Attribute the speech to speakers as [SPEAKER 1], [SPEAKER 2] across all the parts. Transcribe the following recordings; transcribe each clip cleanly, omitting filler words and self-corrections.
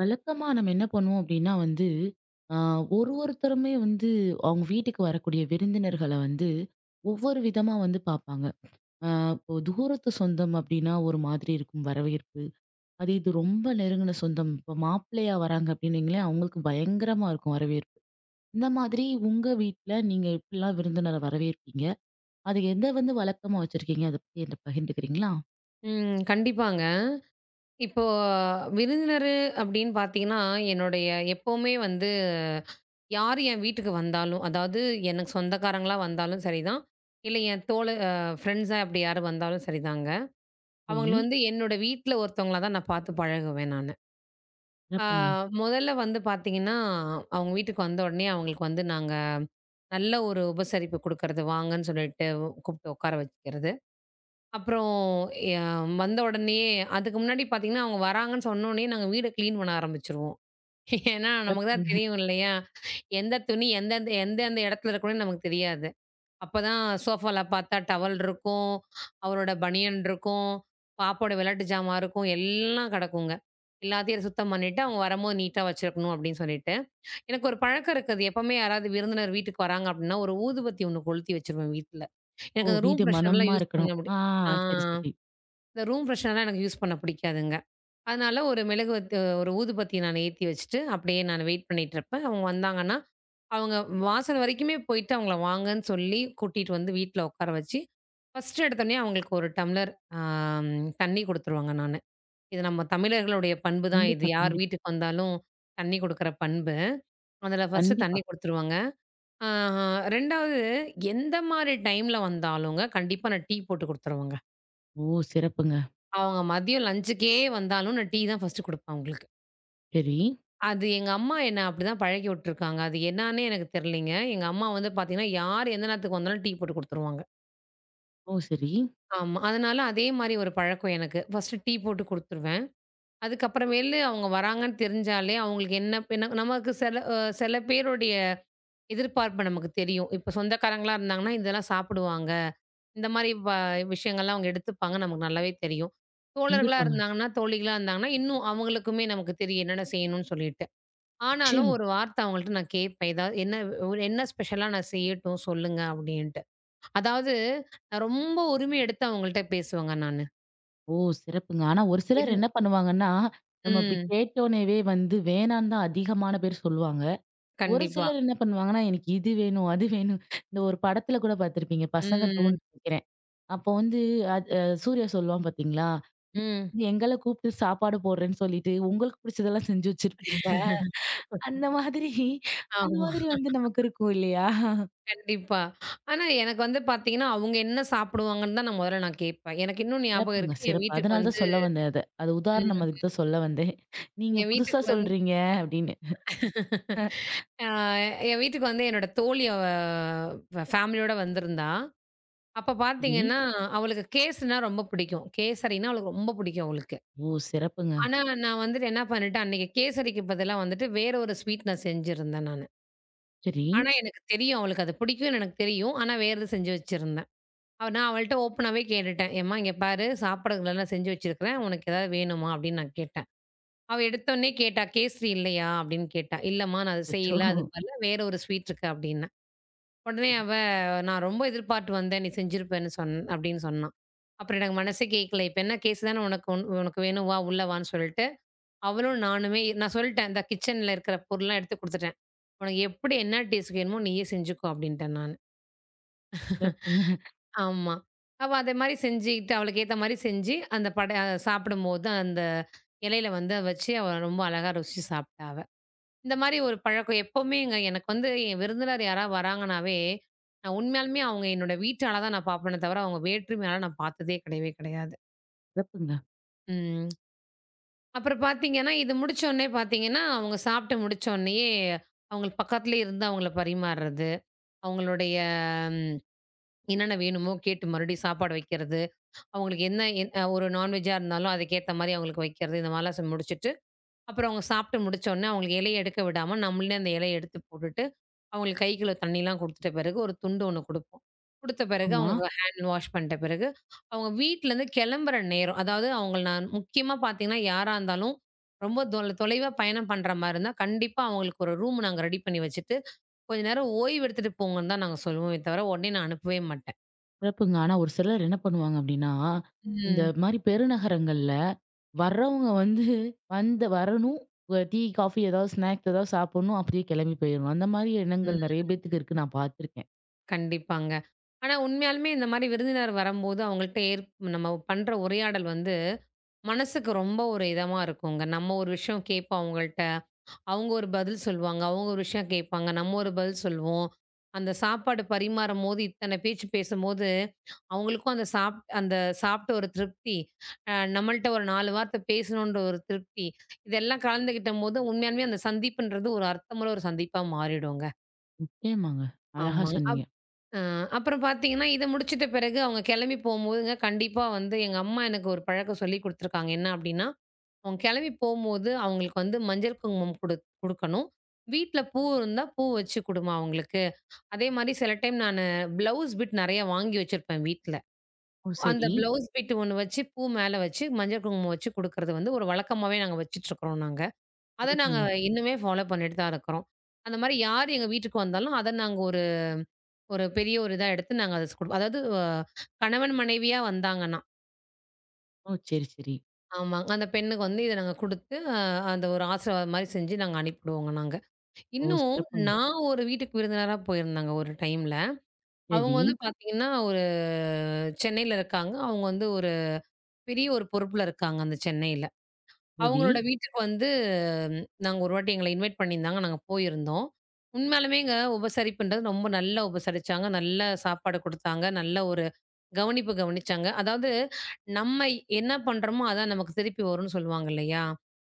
[SPEAKER 1] வழக்கமா நம்ம என்ன பண்ணுவோம் அப்படின்னா வந்து, ஆ ஒரு ஒருத்தருமே வந்து அவங்க வீட்டுக்கு வரக்கூடிய விருந்தினர்கள வந்து, ஒவ்வொரு விதமா வந்து பார்ப்பாங்க. ஆ இப்போ தூரத்து சொந்தம் அப்படின்னா ஒரு மாதிரி இருக்கும் வரவேற்பு. அதே இது ரொம்ப நெருங்கின சொந்தம், இப்போ மாப்பிள்ளையா வராங்க அப்படின்னு வைங்களேன், அவங்களுக்கு பயங்கரமா இருக்கும் வரவேற்பு. இந்த மாதிரி உங்க வீட்ல நீங்க எப்படிலாம் விருந்தினரை வரவேற்பீங்க? அது எத வந்து வழக்கமா வச்சிருக்கீங்க? அத பத்தி என்ட்ட பகிர்ந்துக்கிறீங்களா?
[SPEAKER 2] ம். கண்டிப்பாங்க. இப்போ விருந்தினரு அப்படின்னு பார்த்தீங்கன்னா, என்னுடைய எப்பவுமே வந்து யார் என் வீட்டுக்கு வந்தாலும், அதாவது எனக்கு சொந்தக்காரங்களா வந்தாலும் சரிதான், இல்ல என் தோழ அ ஃப்ரெண்ட்ஸா அப்படி யாரு வந்தாலும் சரிதாங்க.
[SPEAKER 1] சரி.
[SPEAKER 2] அவங்கள வந்து என்னோட வீட்ல ஒருத்தவங்களா தான் நான் பார்த்து பழகுவேன் நானு. ஆ
[SPEAKER 1] சிறப்புங்க,
[SPEAKER 2] முதல்ல வந்து பார்த்தீங்கன்னா, அவங்க வீட்டுக்கு வந்த உடனே அவங்களுக்கு வந்து நாங்க நல்ல ஒரு உபசரிப்பு குடுக்கறது, வாங்கன்னு சொல்லிட்டு கூப்பிட்டு உட்கார வைக்கிறது. அப்புறம் ய வந்த உடனேயே அதுக்கு முன்னாடி பார்த்தீங்கன்னா, அவங்க வராங்கன்னு சொன்னோனே நாங்க வீட கிளீன் பண்ண ஆரம்பிச்சுருவோம். ஏன்னா நமக்கு தான்
[SPEAKER 1] சிறப்புங்க.
[SPEAKER 2] தெரியும் இல்லையா? எந்த துணி எந்தெந்த எந்தெந்த இடத்துல இருக்கணும்னு நமக்கு தெரியாது. அப்பதான் சோஃபால பார்த்தா டவல் இருக்கும், அவரோட பனியன் இருக்கும், பாப்பாவோட விளையாட்டு ஜாமான் இருக்கும், எல்லாம் கிடக்குங்க. எல்லாத்தையும் சுத்தம் பண்ணிட்டு அவங்க வரும்போது நீட்டா வச்சிருக்கணும் அப்படின்னு சொல்லிட்டு. எனக்கு ஒரு பழக்கம் இருக்கு. அது எப்பவுமே யாராவது விருந்தினர் வீட்டுக்கு வராங்க அப்படின்னா, ஒரு ஊதுபத்தி ஒண்ணு கொளுத்தி வச்சுருவேன் வீட்ல.
[SPEAKER 1] ஓ!
[SPEAKER 2] எனக்கு அந்த ரூம்
[SPEAKER 1] வீடு
[SPEAKER 2] ஃப்ரெஷர்லாம்
[SPEAKER 1] மணமா
[SPEAKER 2] யூஸ் பண்ண
[SPEAKER 1] இருக்கணும்.
[SPEAKER 2] முடியா ஆ.
[SPEAKER 1] சரி, சரி.
[SPEAKER 2] இந்த ரூம் ஃப்ரெஷ்னர்லாம் எனக்கு யூஸ் பண்ண பிடிக்காதுங்க. அதனால ஒரு மெழுகு வத்து ஒரு ஊதுபத்தி நான் ஏத்தி வச்சுட்டு, அப்படியே நான் வெயிட் பண்ணிட்டுருப்பேன். அவங்க வந்தாங்கன்னா, அவங்க வாசல் வரைக்குமே போயிட்டு அவங்கள வாங்கன்னு சொல்லி கூட்டிட்டு வந்து வீட்ல உட்கார வச்சு, ஃபர்ஸ்ட்டு எடுத்தோனே அவங்களுக்கு ஒரு டம்ளர் அ தண்ணி குடுத்துருவேங்க நானு. இது நம்ம தமிழர்களுடைய பண்பு தான் இது.
[SPEAKER 1] கண்டிப்பா,
[SPEAKER 2] யார்
[SPEAKER 1] கண்டிப்பா.
[SPEAKER 2] வீட்டுக்கு வந்தாலும் தண்ணி குடுக்குற பண்பு. அதுல ஃபர்ஸ்ட்டு
[SPEAKER 1] கண்டிப்பா.
[SPEAKER 2] தண்ணி குடுத்துருவேங்க. ஆ 2வது எந்த மாரி டைம்ல வந்தாலுங்க, கண்டிப்பா நான் டீ போட்டு குடுத்துருவேங்க.
[SPEAKER 1] ஓ! சிறப்புங்க.
[SPEAKER 2] அவங்க மதியம் லஞ்சுக்கே வந்தாலும் நான் டீ தான் ஃபர்ஸ்ட்டு குடுப்பேன் அவங்களுக்கு.
[SPEAKER 1] சரி.
[SPEAKER 2] அது எங்க அம்மா என்ன அப்படிதான் பழக்கி விட்டுருக்காங்க. அது என்னான்னே எனக்கு தெரியலைங்க. எங்க அம்மா வந்து பார்த்தீங்கன்னா, யார் எந்த நேரத்துக்கு வந்தாலும் டீ போட்டு குடுத்துருவாங்க.
[SPEAKER 1] ஓ! சரி.
[SPEAKER 2] ஆமா. அதனால அதே மாரி ஒரு பழக்கம் எனக்கு. ஃபர்ஸ்ட்டு டீ போட்டு குடுத்துருவேன். அதுக்கப்புறமேலு அவங்க வராங்கன்னு தெரிஞ்சாலே அவங்களுக்கு என்ன என்ன நமக்கு சில பேருடைய எதிர்பார்ப்பு நமக்கு தெரியும். இப்ப சொந்தக்காரங்களா இருந்தாங்கன்னா, இதெல்லாம் சாப்பிடுவாங்க. இந்த மாரி விஷயங்கள்லாம் அவங்க எடுத்துப்பாங்கன்னு நமக்கு நல்லாவே தெரியும். தோழர்களா
[SPEAKER 1] கண்டிப்பாங்க.
[SPEAKER 2] இருந்தாங்கன்னா, தோழிகளா இருந்தாங்கன்னா, இன்னும் அவங்களுக்குமே நமக்கு தெரியும் என்னென்ன செய்யணும்னு சொல்லிட்டு. ஆனாலும்
[SPEAKER 1] நிச்சயமா.
[SPEAKER 2] ஒரு வார்த்தை அவங்கள்ட்ட நான் கேட்பேன். ஏதாவது என்ன ஒரு என்ன ஸ்பெஷலா நான் செய்யட்டும் சொல்லுங்க அப்டின்ட்டு. அதாவது நான் ரொம்ப உரிமை எடுத்து அவங்கள்ட்ட பேசுவேங்க நானு.
[SPEAKER 1] ஓ! சிறப்புங்க. ஆனா ஒரு சிலர்
[SPEAKER 2] இது
[SPEAKER 1] என்ன பண்ணுவாங்கன்னா, நம்ம அப்படி
[SPEAKER 2] ம்.
[SPEAKER 1] கேட்டோனேவே வந்து வேணான்னு தான் அதிகமான பேர் சொல்லுவாங்க. ஒரு
[SPEAKER 2] கண்டிப்பா.
[SPEAKER 1] சிலர் என்ன பண்ணுவாங்கன்னா, எனக்கு இது வேணும், அது வேணும். இந்த ஒரு படத்துல கூட பார்த்துருப்பீங்க. பசங்க
[SPEAKER 2] ம்.
[SPEAKER 1] 2ன்னு நெனைக்கிறேன். அப்போ வந்து அது சூர்யா சொல்லுவான் பார்த்தீங்களா?
[SPEAKER 2] ம்.
[SPEAKER 1] நீங்க எங்கள கூப்பிட்டு சாப்பாடு போடுறேன்னு சொல்லிட்டு, உங்களுக்கு பிடிச்சதெல்லாம் செஞ்சு வச்சிருப்பீங்க. அந்த மாதிரி அந்த
[SPEAKER 2] ஆமா.
[SPEAKER 1] மாதிரி வந்து நமக்கு இருக்கும் இல்லையா?
[SPEAKER 2] கண்டிப்பா. ஆனா எனக்கு வந்து பார்த்தீங்கன்னா, அவங்க என்ன சாப்பிடுவாங்கன்னு தான் நான் முதல்ல நான் கேட்பேன். எனக்கு இன்னும் ஞாபகம்
[SPEAKER 1] சிறப்புங்க,
[SPEAKER 2] இருக்கு. என்
[SPEAKER 1] சிறப்பு.
[SPEAKER 2] வீட்டுக்கு
[SPEAKER 1] அதனால தான்
[SPEAKER 2] வந்து
[SPEAKER 1] சொல்ல வந்தேன் அத. அது உதாரணம்
[SPEAKER 2] ம்.
[SPEAKER 1] அதுக்கு தான் சொல்ல வந்தேன். நீங்க
[SPEAKER 2] என்
[SPEAKER 1] புதுசா
[SPEAKER 2] வீட்டுக்கு வந்து
[SPEAKER 1] சொல்றீங்க அப்படின்னு.
[SPEAKER 2] ஆ என் வீட்டுக்கு வந்து என்னோட தோழி ஃபேமிலியோட வந்திருந்தா. அப்ப
[SPEAKER 1] சரி.
[SPEAKER 2] பார்த்தீங்கன்னா, அவளுக்கு கேசரினா ரொம்ப பிடிக்கும். கேசரின்னா அவளுக்கு ரொம்ப பிடிக்கும் அவளுக்கு.
[SPEAKER 1] ஓ! சிறப்புங்க.
[SPEAKER 2] ஆனா நான் வந்துட்டு என்ன பண்ணிட்டேன், அன்னைக்கு கேசரிக்கு பதிலா வந்துட்டு வேற ஒரு ஸ்வீட் நான் செஞ்சிருந்தேன் நானு.
[SPEAKER 1] சரி.
[SPEAKER 2] ஆனா எனக்கு தெரியும் அவளுக்கு அது பிடிக்கும்னு எனக்கு தெரியும். ஆனா வேறது செஞ்சு வச்சிருந்தேன். நான் அவள்ட்ட ஓப்பனாவே கேட்டுட்டேன். "ஏம்மா இங்க பாரு சாப்பிடறதுலாம் செஞ்சு வச்சிருக்கிறேன். உனக்கு ஏதாவது வேணுமா?" அப்படின்னு நான் கேட்டேன். அவ எடுத்தோனே கேட்டா, "கேசரி இல்லையா?" அப்படின்னு கேட்டா. "இல்லம்மா நான் அது
[SPEAKER 1] அச்சோ!
[SPEAKER 2] செய்யல. அதுக்கு பதிலா வேற ஒரு ஸ்வீட் இருக்கு" அப்படின்னா. உடனே அவ, "நான் ரொம்ப எதிர்பார்த்து வந்தேன். நீ செஞ்சிருப்பன்னு சொன்" அப்படின்னு சொன்னா. அப்புறம் எனக்கு மனசே கேட்கல. இப்ப என்ன கேஸ் தானே உனக்கு உனக்கு வேணும் வா உள்ள வான்னு சொல்லிட்டு, அவளும் நானுமே நான் சொல்லிட்டேன். இந்த கிச்சன்ல இருக்கிற பொருள்லாம் எடுத்து குடுத்துட்டேன். "உனக்கு எப்படி என்ன டேஸ்ட் வேணுமோ நீயே செஞ்சுக்கோ" அப்படின்ட்டேன் நானு.
[SPEAKER 1] சிறப்புங்க,
[SPEAKER 2] ஆமா. அவ அதே மாரி செஞ்சுகிட்டு, அவளுக்கு ஏத்த மாரி செஞ்சு, அந்த பட சாப்பிடும்போது அந்த இலையில வந்து வச்சு அவ ரொம்ப அழகா ருசிச்சு சாப்பிட்டா அவ. இந்த மாரி ஒரு பழக்கம் எப்பவுமேங்க. எனக்கு வந்து என் விருந்தினர் யாராவது வராங்கனாவே, நான் உண்மையாலுமே அவங்க என்னோட வீட்டால தான் நான் பார்ப்பேனே தவிர, அவங்க வேற்றுமையால நான் பார்த்ததே கிடையவே கிடையாது.
[SPEAKER 1] சிறப்புங்க.
[SPEAKER 2] ம். அப்புறம் பார்த்தீங்கன்னா, இது முடிச்சோனே பார்த்தீங்கன்னா, அவங்க சாப்பிட்டு முடிச்சோனயே, அவங்களுக்கு பக்கத்துலயே இருந்து அவங்கள பரிமாறுறது, அவங்களுடைய ம் என்னென்ன வேணுமோ கேட்டு மறுபடியும் சாப்பாடு வைக்கிறது, அவங்களுக்கு என்ன என் ஒரு நான்வெஜ்ஜா இருந்தாலும் அதுக்கேத்த மாரி அவங்களுக்கு வைக்கிறது, இந்த மாரிலாம் முடிச்சுட்டு அப்புறம் அவங்க சாப்பிட்டு முடிச்சோனே, அவங்களுக்கு இலைய எடுக்க விடாம, நம்மளே அந்த இலைய எடுத்து போட்டுட்டு, அவங்களுக்கு கை கழுவ தண்ணிலாம் குடுத்துட்ட பிறகு, ஒரு துண்டு ஒண்ணு குடுப்போம். குடுத்த பிறகு
[SPEAKER 1] ஆமா.
[SPEAKER 2] அவங்க ஹேண்ட் வாஷ் பண்ணிட்ட பிறகு, அவங்க வீட்லேருந்து கெளம்புற நேரம், அதாவது அவங்கள நான் முக்கியமா பாத்தீங்கன்னா, யாரா இருந்தாலும், ரொம்ப தொலைவா பயணம் பண்ற மாரி இருந்தா, கண்டிப்பா அவங்களுக்கு ஒரு ரூம் நாங்க ரெடி பண்ணி வச்சுட்டு, கொஞ்ச நேரம் ஓய்வு எடுத்துட்டு போங்கன்னு தான் நாங்க சொல்லுவோமே தவிர, உடனே நான் அனுப்பவே மாட்டேன்.
[SPEAKER 1] சிறப்புங்க. ஆனா ஒரு சிலர் என்ன பண்ணுவாங்க அப்படின்னா, இந்த
[SPEAKER 2] ம்.
[SPEAKER 1] மாரி பெருநகரங்கள்ல வர்றவங்க வந்து வந்து வரணும். டீ, காஃபி ஏதாவது ஸ்நாக்ஸ் ஏதாவது சாப்பிடணும். அப்படியே கிளம்பி போயிடணும். அந்த மாரி
[SPEAKER 2] ம்.
[SPEAKER 1] எண்ணங்கள் நெறைய பேத்துக்கு இருக்கு. நான் பார்த்துருக்கேன்.
[SPEAKER 2] கண்டிப்பாங்க. ஆனா உண்மையாலுமே இந்த மாரி விருந்தினர் வரம்போது, அவங்கள்ட்ட ஏற் நம்ம பண்ற உரையாடல் வந்து மனசுக்கு ரொம்ப ஒரு இதமா இருக்குங்க. நம்ம ஒரு விஷயம் கேட்போம் அவங்கள்ட்ட. அவங்க ஒரு பதில் சொல்லுவாங்க. அவங்க ஒரு விஷயம் கேட்பாங்க. நம்ம ஒரு பதில் சொல்வோம். அந்த சாப்பாடு பரிமாறும்போது, இத்தன பேச்சு பேசும்போது, அவங்களுக்கும் அந்த சாப்பிட்ட ஒரு திருப்தி, நம்மள்ட்ட ஒரு 4 வார்த்தை பேசணுன்ற ஒரு திருப்தி, இதெல்லாம் கலந்துக்கிட்டம்போது, உண்மையாலுமே அந்த சந்திப்புன்றது ஒரு அர்த்தமுள்ள ஒரு சந்திப்பா மாறிடுங்க.
[SPEAKER 1] நிச்சயமாங்க. அழகா
[SPEAKER 2] ஆமாங்க.
[SPEAKER 1] சொன்னீங்க.
[SPEAKER 2] அ அப்புறம் பார்த்தீங்கன்னா, இத முடிச்சிட்ட பிறகு அவங்க கிளம்பி போம்போதுங்க, கண்டிப்பா வந்து எங்க அம்மா எனக்கு ஒரு பழக்கம் சொல்லிக் குடுத்துருக்காங்க. என்ன அப்டின்னா, அவங்க கிளம்பி போம்போது, அவங்களுக்கு வந்து மஞ்சள் குங்குமம் குடு குடுக்கணும். வீட்ல பூ இருந்தா பூ வச்சு குடுமா அவங்களுக்கு. அதே மாரி சில டைம் நானு ப்ளவுஸ் பிட் நெறைய வாங்கி வச்சிருப்பேன் வீட்ல.
[SPEAKER 1] ஓ!
[SPEAKER 2] அந்த
[SPEAKER 1] சரி.
[SPEAKER 2] ம். ப்ளவுஸ் பிட் ஒண்ணு வச்சு, பூ மேல வச்சு, மஞ்சள் குங்குமம் வச்சு குடுக்குறது வந்து ஒரு வழக்கமாவே நாங்க வச்சுட்ருக்குறோம் நாங்க. அத நாங்க
[SPEAKER 1] சிறப்புங்க.
[SPEAKER 2] இன்னுமே ஃபாலோ பண்ணிட்டு தான் இருக்கிறோம். அந்த மாரி யார் எங்க வீட்டுக்கு வந்தாலும், அத நாங்க ஒரு ஒரு பெரிய ஒரு இதா எடுத்து நாங்க அத ஸ் குடுப்போம். அதாவது கணவன் மனைவியா வந்தாங்கன்னா,
[SPEAKER 1] ஓ! சரி, சரி.
[SPEAKER 2] ஆமாங்க. அந்த பெண்ணுக்கு வந்து இத நாங்க குடுத்து, அந்த ஒரு ஆசீர்வாதம் மாரி செஞ்சு நாங்க அனுப்பிடுவோங்க நாங்க.
[SPEAKER 1] ஓ!
[SPEAKER 2] இன்னும்
[SPEAKER 1] சிறப்புங்க.
[SPEAKER 2] நான் ஒரு வீட்டுக்கு விருந்தினரா போயிருந்தேங்க ஒரு டைம்ல. அவங்க
[SPEAKER 1] சரி,
[SPEAKER 2] வந்து பார்த்தீங்கன்னா, ஒரு சென்னையில இருக்காங்க. அவங்க வந்து ஒரு பெரிய ஒரு பொறுப்புல இருக்காங்க அந்த சென்னையில.
[SPEAKER 1] சரி.
[SPEAKER 2] அவங்களோட வீட்டுக்கு வந்து ம், நாங்க ஒரு வாட்டி எங்கள இன்வைட் பண்ணியிருந்தாங்க. நாங்க போயிருந்தோம். உண்மையாலுமேங்க உபசரிப்புன்றது ரொம்ப நல்லா உபசரிச்சாங்க. நல்ல சாப்பாடு குடுத்தாங்க. நல்ல ஒரு கவனிப்பு கவனிச்சாங்க. அதாவது நம்ம என்ன பண்றோமோ, அதான் நமக்கு திருப்பி வரும்னு சொல்லுவாங்க இல்லையா?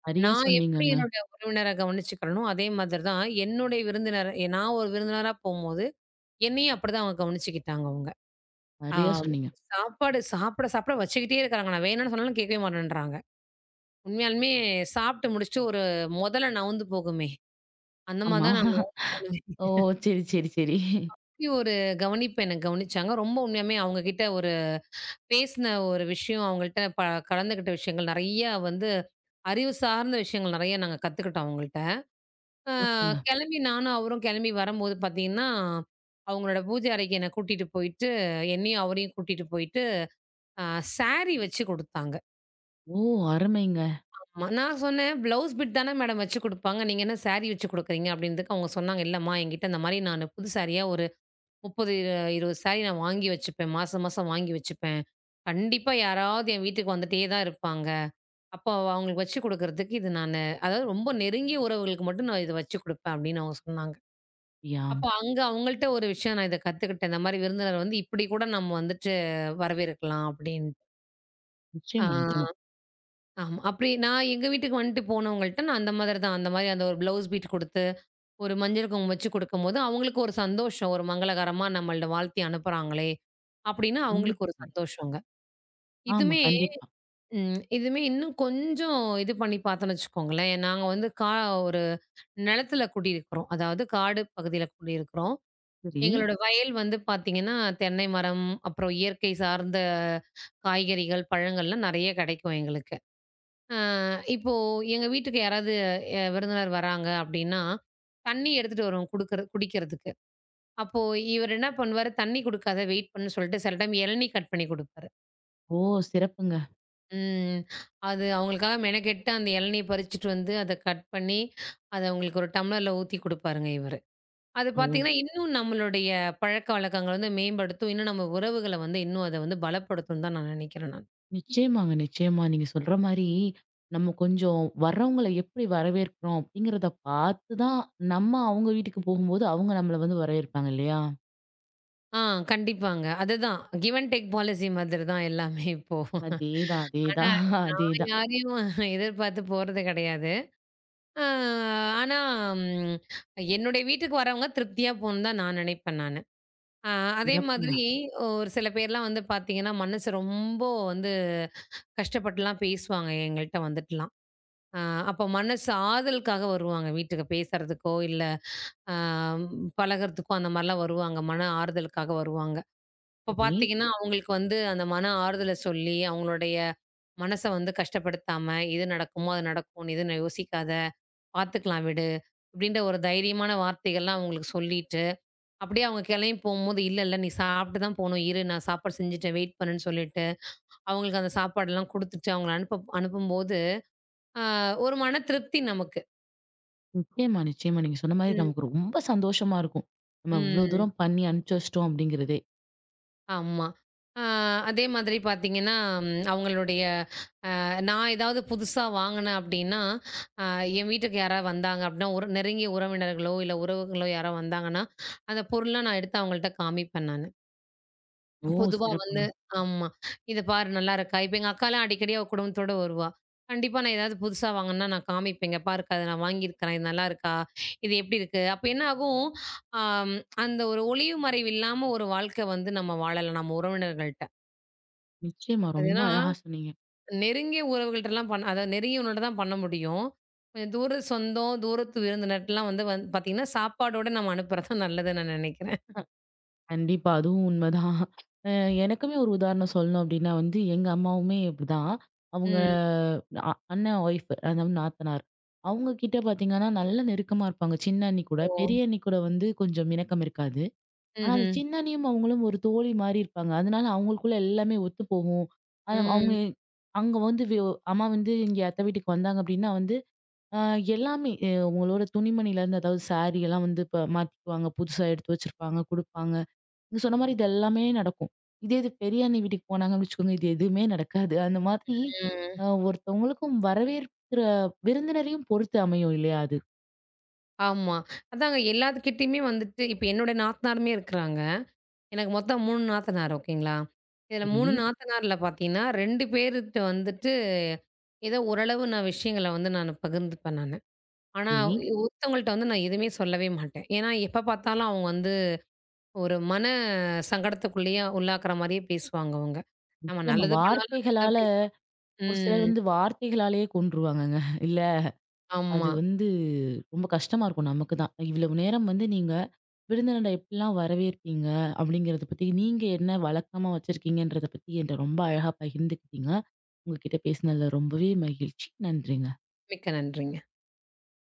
[SPEAKER 1] சரியா
[SPEAKER 2] நான் எப்படி
[SPEAKER 1] சொன்னீங்கங்க.
[SPEAKER 2] என்னுடைய உறவினர கவனிச்சுக்கிறேனோ, அதே மாதிரி தான் என்னுடைய விருந்தினர் நான் ஒரு விருந்தினரா போம்போது, என்னையும் அப்படிதான் அவங்க கவனிச்சுக்கிட்டாங்க அவங்க. ஆ
[SPEAKER 1] சரியா சொன்னீங்க.
[SPEAKER 2] சாப்பாடு சாப்பிட சாப்பிட வச்சுக்கிட்டே இருக்காங்க. நான் வேணான்னு சொன்னாலும் கேட்கவே மாட்டேன்றாங்க. உண்மையாலுமே சாப்பிட்டு முடிச்சுட்டு ஒரு முதல நவுந்து போகுமே, அந்த மாதிரி
[SPEAKER 1] ஆமா.
[SPEAKER 2] தான் நான் நவுந்து போனேன்.
[SPEAKER 1] ஓ! சரி, சரி, சரி.
[SPEAKER 2] இப்படி ஒரு கவனிப்பு என்ன கவனிச்சாங்க. ரொம்ப உண்மையாலுமே அவங்க கிட்ட ஒரு பேசின ஒரு விஷயம், அவங்கள்ட்ட ப கலந்துக்கிட்ட விஷயங்கள் நெறைய வந்து அறிவு சார்ந்த விஷயங்கள் நெறைய நாங்க கத்துக்கிட்டோம் அவங்கள்ட்ட. அ
[SPEAKER 1] சிறப்புங்க.
[SPEAKER 2] கெளம்பி நானும் அவரும் வரம்போது பாத்தீங்கன்னா, அவங்களோட பூஜை அறைக்கு என்ன கூட்டிட்டு போயிட்டு, என்னையும் அவரையும் கூட்டிட்டு போயிட்டு, அ சாரி வச்சு குடுத்தாங்க.
[SPEAKER 1] ஓ! அருமைங்க.
[SPEAKER 2] ஆமா. நான் சொன்னேன், "ப்ளவுஸ் பிட் தானே மேடம் வச்சு குடுப்பாங்க. நீங்க என்ன சாரி வச்சு குடுக்குறீங்க?" அப்டினதுக்கு அவங்க சொன்னாங்க, "இல்லம்மா என்கிட்ட இந்த மாரி நானு புது சாரியா ஒரு 30, 20 சாரி நான் வாங்கி வச்சுப்பேன். மாசம் மாசம் வாங்கி வச்சுப்பேன். கண்டிப்பா யாராவது என் வீட்டுக்கு வந்துட்டே தான் இருப்பாங்க. அப்போ அவங்களுக்கு வச்சு குடுக்குறதுக்கு இது நானு அதாவது ரொம்ப நெருங்கிய உறவுகளுக்கு மட்டும் நான் இத வச்சு குடுப்பேன்." அப்டின்னு அவங்க சொன்னாங்க.
[SPEAKER 1] யா
[SPEAKER 2] அப்ப அங்க அவங்கள்ட்ட ஒரு விஷயம் நான் இத கத்துக்கிட்டேன். இந்த மாரி விருந்தினர் வந்து இப்படி கூட நம்ம வந்துட்டு வரவேற்கலாம் அப்டின்ட்டு. ஆ
[SPEAKER 1] நிச்சயமா, நிச்சயமா.
[SPEAKER 2] ஆமா. அப்படி நான் எங்க வீட்டுக்கு வந்துட்டு போனவங்கள்ட்ட நான் அந்த மாதிரி தான். அந்த மாரி அந்த ஒரு ப்ளவுஸ் பீட் குடுத்து, ஒரு மஞ்சள் குங்குமம் வச்சு குடுக்கும்போது, அவங்களுக்கு ஒரு சந்தோஷம். ஒரு மங்களகரமா நம்மள்ட்ட வாழ்த்தி அனுப்புறாங்களே! அப்படின்னு அவங்களுக்கு ஒரு
[SPEAKER 1] கண்டிப்பா.
[SPEAKER 2] சந்தோஷங்க.
[SPEAKER 1] ஆமா,
[SPEAKER 2] இதுமே
[SPEAKER 1] கண்டிப்பா.
[SPEAKER 2] இதுமே இன்னும் கொஞ்சம் இது பண்ணி பார்த்தோம்ன்னு வச்சுக்கோங்களேன். நாங்க வந்து கா ஒரு நிலத்தில குடியிருக்கிறோம். அதாவது காடு பகுதியில குடியிருக்கிறோம்.
[SPEAKER 1] சரி.
[SPEAKER 2] எங்களோட வயல் வந்து பார்த்தீங்கன்னா, தென்னை மரம், அப்புறம் இயற்கை சார்ந்த காய்கறிகள், பழங்கள்லாம் நெறைய கிடைக்கும் எங்களுக்கு. அ இப்போ எங்க வீட்டுக்கு யாராவது விருந்தினர் வராங்க அப்படின்னா, தண்ணி எடுத்துட்டு வருவோம் குடுக்குற குடிக்கிறதுக்கு. அப்போ இவர் என்ன பண்ணுவாரு, தண்ணி குடுக்காத வெயிட் பண்ணுன்னு சொல்லிட்டு, சில டைம் இளநீ கட் பண்ணி குடுப்பாரு.
[SPEAKER 1] ஓ! சிறப்புங்க.
[SPEAKER 2] ம். அது அவங்களுக்காக மெனக்கெட்டு அந்த இளநீய பறிச்சுட்டு வந்து, அத கட் பண்ணி, அத அவங்களுக்கு ஒரு டம்ளர்ல ஊத்தி குடுப்பாருங்க இவரு. அது
[SPEAKER 1] ஓ!
[SPEAKER 2] பார்த்தீங்கன்னா, இன்னும் நம்மளுடைய பழக்கவழக்கங்கள வந்து மேம்படுத்தும். இன்னும் நம்ம உறவுகள வந்து இன்னும் அத வந்து பலப்படுத்தும்னு தான் நான் நினைக்கிறேன் நான்.
[SPEAKER 1] நிச்சயமாங்க, நிச்சயமா. நீங்க சொல்ற மாரி, நம்ம கொஞ்சம் வர்றவங்கள எப்படி வரவேற்கிறோம் அப்படிங்கிறத பார்த்து தான், நம்ம அவங்க வீட்டுக்கு போகும்போது, அவங்க நம்மள வந்து வரவேற்பாங்க இல்லையா?
[SPEAKER 2] ஆ கண்டிப்பாங்க. அதுதான் கிவ் அண்ட் டேக் பாலிசி மாதிரி தான் எல்லாமே இப்போ.
[SPEAKER 1] அதேதான்,
[SPEAKER 2] ஆனா
[SPEAKER 1] அதேதான்.
[SPEAKER 2] நான்
[SPEAKER 1] அதேதான்.
[SPEAKER 2] யாரையும் எதிர்பார்த்து போறது கிடையாது. ஆ ஆனா ம் என்னுடைய வீட்டுக்கு வரவங்க திருப்தியா போணும்னு தான் நான் நினைப்பேன் நானு. ஆ அதே
[SPEAKER 1] சிறப்புங்க.
[SPEAKER 2] மாதிரி ஒரு சில பேர்லாம் வந்து பார்த்தீங்கன்னா, மனசு ரொம்ப வந்து கஷ்டப்பட்டுலாம் பேசுவாங்க எங்கள்ட்ட வந்துட்டுலாம். ஆ அப்ப மனசு ஆறுதலுக்காக வருவாங்க வீட்டுக்கு பேசுறதுக்கோ, இல்ல ஆ பழகுறதுக்கோ அந்த மாரிலாம் வருவாங்க. மன ஆறுதலுக்காக வருவாங்க. இப்ப
[SPEAKER 1] சரி.
[SPEAKER 2] பாத்தீங்கன்னா, அவங்களுக்கு வந்து அந்த மன ஆறுதல சொல்லி, அவங்களுடைய மனச வந்து கஷ்டப்படுத்தாம, "இது நடக்குமோ, அது நடக்கும். நீ எதுவும் யோசிக்காத. பாத்துக்கலாம் விடு." அப்படின்ற ஒரு தைரியமான வார்த்தைகள்லாம் அவங்களுக்கு சொல்லிட்டு, அப்படியே அவங்க கெளம்பி போம்போது, "இல்ல, இல்ல நீ சாப்பிட்டு தான் போணும். இரு, நான் சாப்பாடு செஞ்சுட்டேன். வெயிட் பண்ணுன்னு" சொல்லிட்டு, அவங்களுக்கு அந்த சாப்பாடெல்லாம் குடுத்துட்டு, அவங்கள அனுப்பும்போது, ஆ ஒரு மன திருப்தி நமக்கு.
[SPEAKER 1] நிச்சயமா, நிச்சயமா. நீங்க சொன்ன மாரி
[SPEAKER 2] ம்.
[SPEAKER 1] நமக்கு ரொம்ப சந்தோஷமா இருக்கும். நம்ம இவ்ளோ
[SPEAKER 2] ம்.
[SPEAKER 1] தூரம் பண்ணி அனுப்பிச்சு வச்சுட்டோம் அப்படிங்கிறதே.
[SPEAKER 2] ஆமா. அ அதே மாதிரி பார்த்தீங்கன்னா, அவங்களுடைய நான் ஏதாவது புதுசா வாங்குனேன் அப்டின்னா, அ என் வீட்டுக்கு யாராவது வந்தாங்க அப்டின்னா, ஒரு நெருங்கிய உறவினர்களோ, இல்ல உறவுகளோ யாரோ வந்தாங்கன்னா, அந்த பொருள்லாம் நான் எடுத்து அவங்கள்ட்ட காமிப்பேன் நானு.
[SPEAKER 1] ஓ!
[SPEAKER 2] பொதுவா வந்து
[SPEAKER 1] சிறப்புங்க.
[SPEAKER 2] ஆமா. "இத பாரு நல்லாருக்கா?" இப்ப எங்க அக்காலாம் அடிக்கடி அவ குடும்பத்தோட வருவா. கண்டிப்பா நான் ஏதாவது புதுசா வாங்குனேன்னா நான் காமிப்பேங்க. "பாருக்கா இத நான் வாங்கியிருக்கிறேன். இது நல்லாருக்கா? இது எப்டி இருக்கு?" அப்ப என்ன ஆகும், அம் அந்த ஒரு ஒளிவு மறைவு இல்லாம ஒரு வாழ்க்கை வந்து நம்ம வாழலாம் நம்ம உறவினர்கள்ட்ட.
[SPEAKER 1] நிச்சயமா.
[SPEAKER 2] அது
[SPEAKER 1] ரொம்ப
[SPEAKER 2] ஏன்னா,
[SPEAKER 1] அழகா சொன்னீங்க.
[SPEAKER 2] நெருங்கிய உறவுகள்ட்டலாம் பண்ண அதாவது நெருங்கியவங்கள்ட்ட தான் பண்ண முடியும். கொஞ்சம் தூர சொந்தம், தூரத்து விருந்தினர்ட்டலாம் வந்து வந் பார்த்தீங்கன்னா, சாப்பாடோட நம்ம அனுப்புறது தான் நல்லதுன்னு நான் நெனைக்கிறேன்.
[SPEAKER 1] அ கண்டிப்பா. அதுவும் உண்மதான். அ எனக்குமே ஒரு உதாரணம் சொல்லணும் அப்படின்னா வந்து, எங்க அம்மாவுமே இப்படிதான். அவங்க
[SPEAKER 2] ம்.
[SPEAKER 1] அண்ணன் ஒய்ஃப் அதாவது நாத்தனார். அவங்க கிட்ட பார்த்தீங்கன்னா, நல்ல நெருக்கமா இருப்பாங்க. சின்ன அண்ணி கூட,
[SPEAKER 2] ஓ!
[SPEAKER 1] பெரிய அண்ணி கூட வந்து கொஞ்சம் இணக்கம் இருக்காது. ஆனா அந்த
[SPEAKER 2] ம்ஹ்ம்.
[SPEAKER 1] சின்ன அண்ணியும் அவங்களும் ஒரு தோழி மாரி இருப்பாங்க. அதனால அவங்களுக்குள்ள எல்லாமே ஒத்து போகும். அது அவங்க
[SPEAKER 2] ம்.
[SPEAKER 1] அங்க வந்து அம்மா வந்து இங்க அத்தை வீட்டுக்கு வந்தாங்க அப்படின்னா வந்து, அ எல்லாமே உங்களோட துணிமணிலருந்து அதாவது சாரி எல்லாம் வந்து இப்ப மாத்திக்குவாங்க. புதுசா எடுத்து வச்சிருப்பாங்க, குடுப்பாங்க. நீங்க சொன்ன மாரி இது எல்லாமே நடக்கும். இதே இது பெரிய அண்ணி வீட்டுக்கு போனாங்கன்னு வச்சுக்கோங்க, இது எதுவுமே நடக்காது. அந்த மாதிரி
[SPEAKER 2] ம்.
[SPEAKER 1] ஒருத்தவங்களுக்கும் வரவேற்கிற விருந்தினரையும் பொறுத்து அமையும் இல்லையா அது?
[SPEAKER 2] ஆமா. அதாங்க எல்லாத்துக்கிட்டயுமே வந்துட்டு இப்ப என்னோட நாத்தனாருமே இருக்கிறாங்க. எனக்கு மொத்தம் 3 நாத்தனார் ஓகேங்களா? இதில
[SPEAKER 1] சரி,
[SPEAKER 2] 3 நாத்தனார்ல பார்த்தீங்கன்னா, 2 பேருட்ட வந்துட்டு ஏதோ ஓரளவு நான் விஷயங்கள வந்து நானு பகிர்ந்துப்பேன் நானு. ஆனா
[SPEAKER 1] சரி.
[SPEAKER 2] ஒருத்தவங்கள்ட்ட வந்து நான் எதுவுமே சொல்லவே மாட்டேன். ஏன்னா எப்ப பார்த்தாலும் அவங்க வந்து ஒரு மன சங்கடத்துக்குள்ளயே உள்ளாக்குற மாரியே பேசுவாங்க அவங்க. நம்ம
[SPEAKER 1] நிச்சயமா
[SPEAKER 2] நல்லது பண்ணாலும் அப்படிதான்
[SPEAKER 1] வார்த்தைகளால
[SPEAKER 2] பேசுவாங்க.
[SPEAKER 1] ஒரு சிலர்
[SPEAKER 2] ம்.
[SPEAKER 1] வந்து வார்த்தைகளாலேயே கொன்றுவாங்கங்க. இல்ல அது
[SPEAKER 2] ஆமா.
[SPEAKER 1] வந்து ரொம்ப கஷ்டமா இருக்கும் நமக்கு தான். இவ்வளவு நேரம் வந்து நீங்க விருந்தினரை எப்படிலாம் வரவேற்பீங்க? அப்படிங்கிறத பத்தி நீங்க என்ன வழக்கமா வச்சிருக்கீங்கன்றத பத்தி என்ட்ட ரொம்ப அழகா பகிர்ந்துக்கிட்டீங்க. உங்ககிட்ட பேசினதுல ரொம்பவே மகிழ்ச்சி. நன்றிங்க.
[SPEAKER 2] மிக்க நன்றிங்க.